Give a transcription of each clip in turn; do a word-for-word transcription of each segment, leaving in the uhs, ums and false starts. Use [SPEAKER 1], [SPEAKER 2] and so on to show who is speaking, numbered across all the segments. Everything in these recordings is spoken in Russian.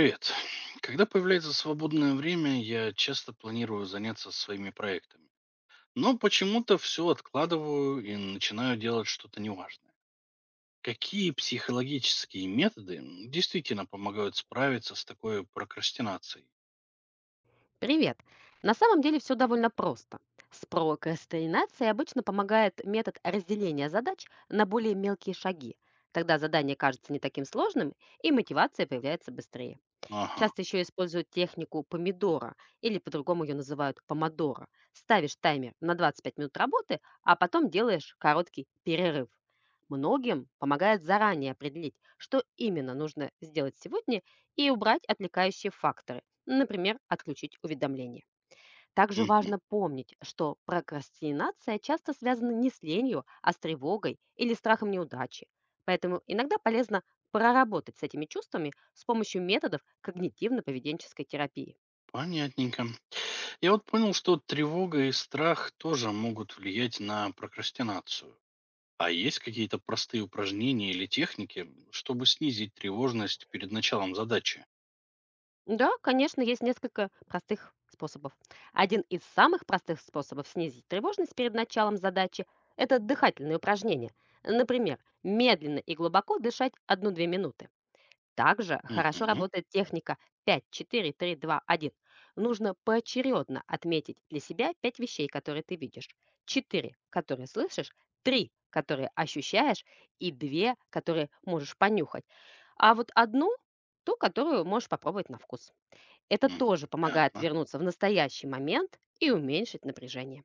[SPEAKER 1] Привет. Когда появляется свободное время, я часто планирую заняться своими проектами. Но почему-то все откладываю и начинаю делать что-то неважное. Какие психологические методы м, действительно помогают справиться с такой прокрастинацией?
[SPEAKER 2] Привет! На самом деле все довольно просто. С прокрастинацией обычно помогает метод разделения задач на более мелкие шаги. Тогда задание кажется не таким сложным, и мотивация появляется быстрее.
[SPEAKER 1] Ага,
[SPEAKER 2] Часто еще используют технику помидора или по-другому ее называют помодоро. Ставишь таймер на двадцать пять минут работы, а потом делаешь короткий перерыв. Многим помогает заранее определить, что именно нужно сделать сегодня, и убрать отвлекающие факторы, например, отключить уведомления. Также
[SPEAKER 1] мгм,
[SPEAKER 2] важно помнить, что прокрастинация часто связана не с ленью, а с тревогой или страхом неудачи. Поэтому иногда полезно проработать с этими чувствами с помощью методов когнитивно-поведенческой терапии.
[SPEAKER 1] понятненько. Я вот понял, что тревога и страх тоже могут влиять на прокрастинацию. А есть какие-то простые упражнения или техники, чтобы снизить тревожность перед началом задачи?
[SPEAKER 2] Да, конечно, есть несколько простых способов. Один из самых простых способов снизить тревожность перед началом задачи – это дыхательные упражнения. Например, медленно и глубоко дышать одну-две минуты. Также хорошо
[SPEAKER 1] Мгм.
[SPEAKER 2] работает техника пять, четыре, три, два, один. Нужно поочередно отметить для себя пять вещей, которые ты видишь, четыре, которые слышишь, три, которые ощущаешь, и две, которые можешь понюхать. А вот одну, ту, которую можешь попробовать на вкус. Это
[SPEAKER 1] Мгм.
[SPEAKER 2] тоже помогает
[SPEAKER 1] Понятно.
[SPEAKER 2] вернуться в настоящий момент и уменьшить напряжение.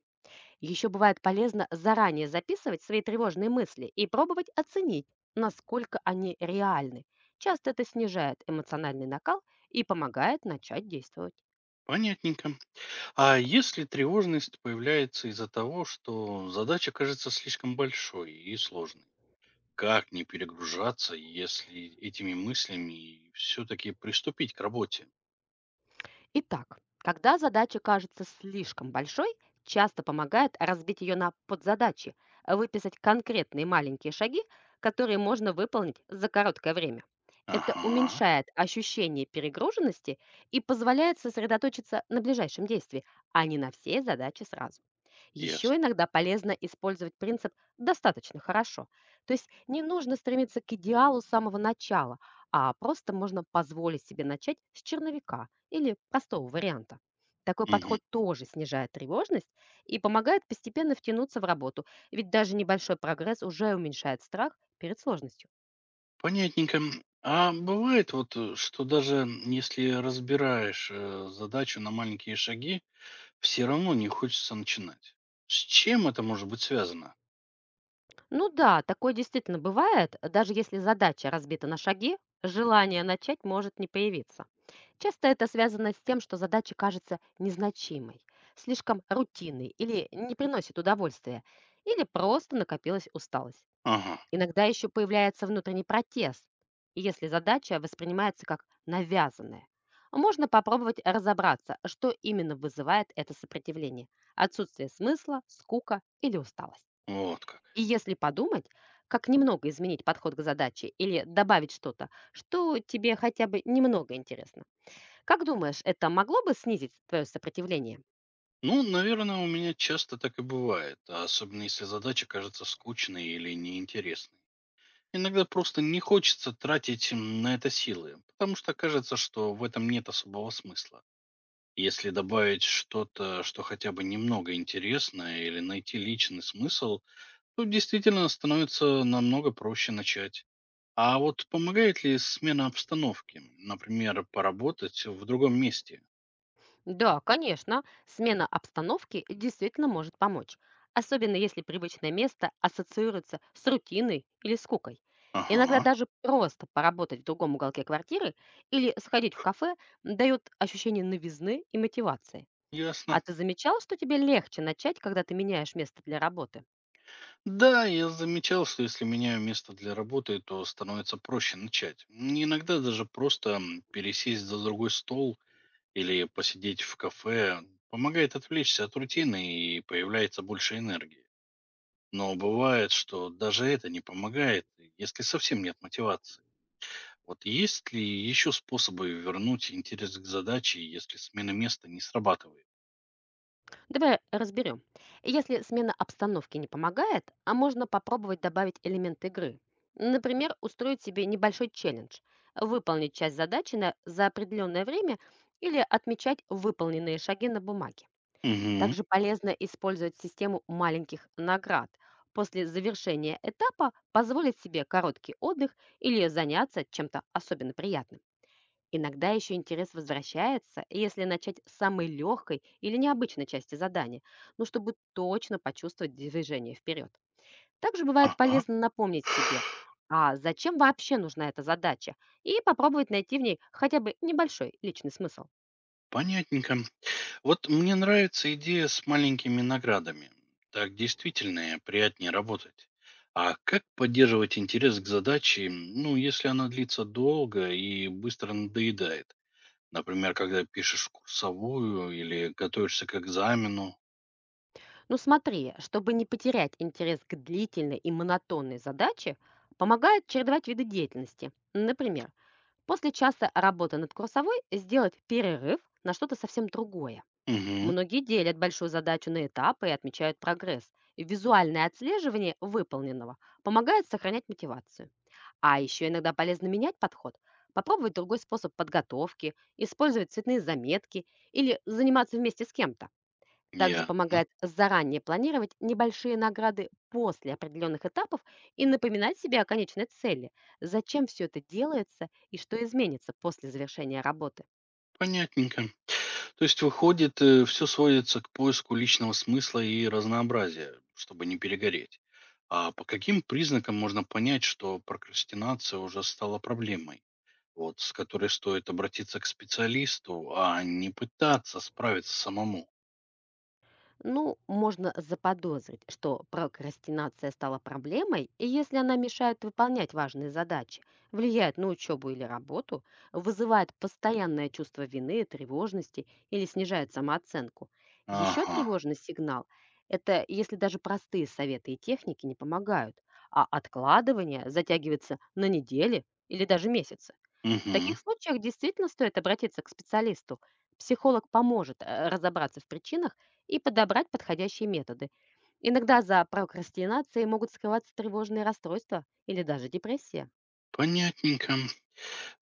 [SPEAKER 2] Еще бывает полезно заранее записывать свои тревожные мысли и пробовать оценить, насколько они реальны. Часто это снижает эмоциональный накал и помогает начать действовать.
[SPEAKER 1] Понятненько. А если тревожность появляется из-за того, что задача кажется слишком большой и сложной? Как не перегружаться, если этими мыслями все-таки приступить к работе?
[SPEAKER 2] Итак, когда задача кажется слишком большой, часто помогает разбить ее на подзадачи, а выписать конкретные маленькие шаги, которые можно выполнить за короткое время. Это
[SPEAKER 1] Ага,
[SPEAKER 2] уменьшает ощущение перегруженности и позволяет сосредоточиться на ближайшем действии, а не на всей задаче сразу. Еще
[SPEAKER 1] ясно.
[SPEAKER 2] иногда полезно использовать принцип «достаточно хорошо». То есть не нужно стремиться к идеалу с самого начала, а просто можно позволить себе начать с черновика или простого варианта. Такой
[SPEAKER 1] Мгм.
[SPEAKER 2] подход тоже снижает тревожность и помогает постепенно втянуться в работу, ведь даже небольшой прогресс уже уменьшает страх перед сложностью.
[SPEAKER 1] Понятненько. А бывает вот, э, что даже если разбираешь э, задачу на маленькие шаги, все равно не хочется начинать. С чем это может быть связано?
[SPEAKER 2] Ну да, такое действительно бывает, даже если задача разбита на шаги, желание начать может не появиться. Часто это связано с тем, что задача кажется незначимой, слишком рутинной или не приносит удовольствия, или просто накопилась усталость.
[SPEAKER 1] Ага,
[SPEAKER 2] Иногда еще появляется внутренний протест, если задача воспринимается как навязанная. Можно попробовать разобраться, что именно вызывает это сопротивление – отсутствие смысла, скука или усталость.
[SPEAKER 1] вот как.
[SPEAKER 2] И если подумать, как немного изменить подход к задаче или добавить что-то, что тебе хотя бы немного интересно. Как думаешь, это могло бы снизить твое сопротивление?
[SPEAKER 1] Ну, наверное, у меня часто так и бывает, а особенно если задача кажется скучной или неинтересной. Иногда просто не хочется тратить м, на это силы, потому что кажется, что в этом нет особого смысла. Если добавить что-то, что хотя бы немного интересное, или найти личный смысл, то действительно становится намного проще начать. А вот помогает ли смена обстановки, например, поработать в другом месте?
[SPEAKER 2] Да, конечно, смена обстановки действительно может помочь, особенно если привычное место ассоциируется с рутиной или скукой. Иногда
[SPEAKER 1] Ага,
[SPEAKER 2] даже просто поработать в другом уголке квартиры или сходить в кафе дает ощущение новизны и мотивации.
[SPEAKER 1] ясно.
[SPEAKER 2] А ты замечал, что тебе легче начать, когда ты меняешь место для работы?
[SPEAKER 1] Да, я замечал, что если меняю место для работы, то становится проще начать. М, Иногда даже просто м, пересесть за другой стол или посидеть в кафе помогает отвлечься от рутины и появляется больше энергии. Но бывает, что даже это не помогает, если совсем нет мотивации. Вот есть ли еще способы вернуть интерес к задаче, если смена места не срабатывает?
[SPEAKER 2] Давай разберем. Если смена обстановки не помогает, а можно попробовать добавить элемент игры. Например, устроить себе небольшой челлендж, выполнить часть задачи на, за определенное время или отмечать выполненные шаги на бумаге.
[SPEAKER 1] Угу.
[SPEAKER 2] Также полезно использовать систему маленьких наград. После завершения этапа позволить себе короткий отдых или заняться чем-то особенно приятным. Иногда еще интерес возвращается, если начать с самой легкой или необычной части задания, но чтобы точно почувствовать движение вперед. Также бывает
[SPEAKER 1] Ага.
[SPEAKER 2] полезно напомнить себе, а зачем вообще нужна эта задача, и попробовать найти в ней хотя бы небольшой личный смысл.
[SPEAKER 1] Понятненько. Вот мне нравится идея с маленькими наградами. Так действительно приятнее работать. А как поддерживать интерес к задаче, м, ну, если она длится долго и быстро надоедает? Например, когда пишешь курсовую или готовишься к экзамену.
[SPEAKER 2] Но смотри, чтобы не потерять интерес к длительной и монотонной задаче, помогает чередовать виды деятельности. Например, после часа работы над курсовой сделать перерыв на что-то совсем другое.
[SPEAKER 1] Угу,
[SPEAKER 2] Многие делят большую задачу на этапы и отмечают прогресс. И визуальное отслеживание выполненного помогает сохранять мотивацию. А еще иногда полезно менять подход, попробовать другой способ подготовки, использовать цветные заметки или заниматься вместе с кем-то. Также
[SPEAKER 1] я.
[SPEAKER 2] помогает заранее планировать небольшие награды после определенных этапов и напоминать себе о конечной цели, зачем все это делается и что изменится после завершения работы.
[SPEAKER 1] Понятненько. То есть выходит, э, все сводится к поиску личного смысла и разнообразия, чтобы не перегореть. А по каким признакам можно понять, что прокрастинация уже стала проблемой, вот с которой стоит обратиться к специалисту, а не пытаться справиться самому?
[SPEAKER 2] Ну, можно заподозрить, что прокрастинация стала проблемой, и если она мешает выполнять важные задачи, влияет на учебу или работу, вызывает постоянное чувство вины, тревожности или снижает самооценку. Еще
[SPEAKER 1] Ага.
[SPEAKER 2] тревожный сигнал – это если даже простые советы и техники не помогают, а откладывание затягивается на недели или даже месяцы. В
[SPEAKER 1] Угу.
[SPEAKER 2] таких случаях действительно стоит обратиться к специалисту. Психолог поможет э, разобраться в причинах и подобрать подходящие методы. Иногда за прокрастинацией могут скрываться тревожные расстройства или даже депрессия.
[SPEAKER 1] Понятненько.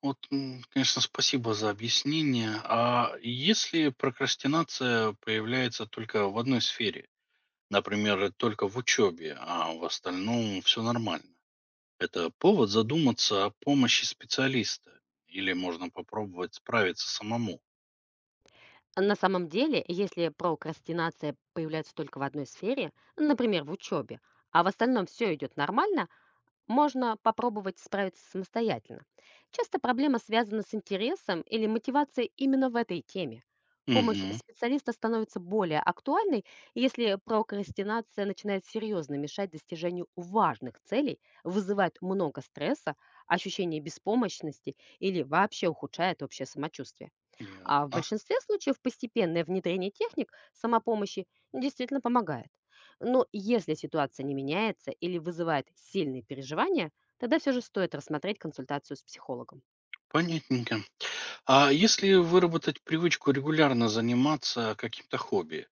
[SPEAKER 1] Вот, м, конечно, спасибо за объяснение. А если прокрастинация появляется только в одной сфере, например, только в учебе, а в остальном все нормально. Это повод задуматься о помощи специалиста. Или можно попробовать справиться самому.
[SPEAKER 2] На самом деле, если прокрастинация появляется только в одной сфере, например, в учебе, а в остальном все идет нормально, можно попробовать справиться самостоятельно. Часто проблема связана с интересом или мотивацией именно в этой теме. Помощь
[SPEAKER 1] Угу,
[SPEAKER 2] специалиста становится более актуальной, если прокрастинация начинает серьезно мешать достижению важных целей, вызывает много стресса, ощущение беспомощности или вообще ухудшает общее самочувствие. А в
[SPEAKER 1] ясно.
[SPEAKER 2] большинстве случаев постепенное внедрение техник самопомощи действительно помогает. Но если ситуация не меняется или вызывает сильные переживания, тогда все же стоит рассмотреть консультацию с психологом.
[SPEAKER 1] Понятненько. А если выработать привычку регулярно заниматься каким-то хобби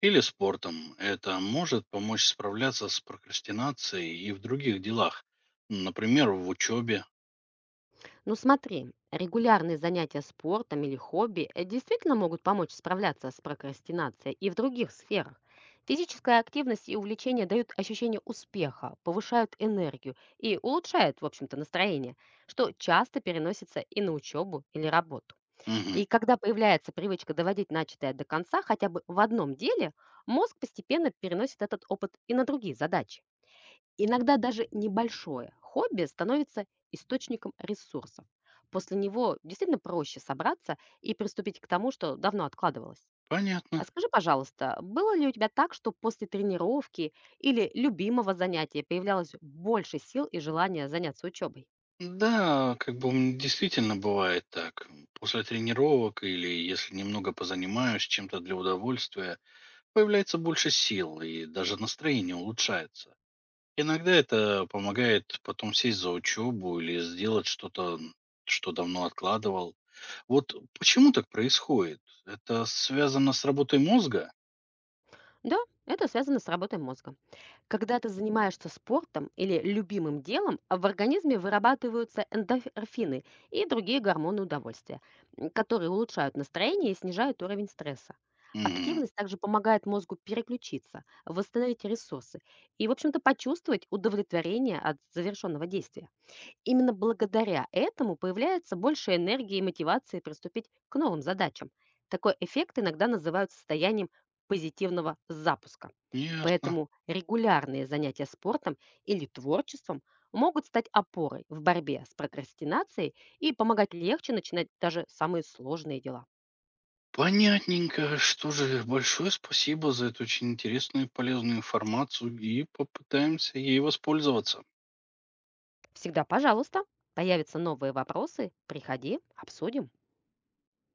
[SPEAKER 1] или спортом, это может помочь справляться с прокрастинацией и в других делах, например, в учебе.
[SPEAKER 2] Ну смотри, регулярные занятия спортом или хобби э, действительно могут помочь справляться с прокрастинацией и в других сферах. Физическая активность и увлечение дают ощущение успеха, повышают энергию и улучшают, в общем-то, настроение, что часто переносится и на учебу или работу.
[SPEAKER 1] Мгм,
[SPEAKER 2] И когда появляется привычка доводить начатое до конца хотя бы в одном деле, мозг постепенно переносит этот опыт и на другие задачи. Иногда даже небольшое хобби становится источником ресурсов. После него действительно проще собраться и приступить к тому, что давно откладывалось. А
[SPEAKER 1] понятно.
[SPEAKER 2] скажи, пожалуйста, было ли у тебя так, что после тренировки или любимого занятия появлялось больше сил и желания заняться учебой?
[SPEAKER 1] Да, как бы м, действительно бывает так. После тренировок или если немного позанимаюсь чем-то для удовольствия, появляется больше сил и даже настроение улучшается. Иногда это помогает потом сесть за учебу или сделать что-то, м, что давно откладывал. Вот почему так происходит? Это связано с работой мозга?
[SPEAKER 2] Да, это связано с работой мозга. Когда ты занимаешься спортом или любимым делом, а в организме вырабатываются эндорфины и другие гормоны удовольствия, м, которые улучшают настроение и снижают уровень стресса.
[SPEAKER 1] Мгм.
[SPEAKER 2] Активность также помогает мозгу переключиться, восстановить ресурсы и, в общем-то, почувствовать удовлетворение от завершенного действия. Именно благодаря этому появляется больше энергии и мотивации приступить к новым задачам. Такой эффект иногда называют состоянием позитивного запуска.
[SPEAKER 1] Ясно.
[SPEAKER 2] Поэтому регулярные занятия спортом или творчеством могут стать опорой в борьбе с прокрастинацией и помогать легче начинать даже самые сложные дела.
[SPEAKER 1] Понятненько. Что же, большое спасибо за эту очень интересную и полезную информацию, и попытаемся ей воспользоваться.
[SPEAKER 2] Всегда, пожалуйста, появятся новые вопросы, приходи, обсудим.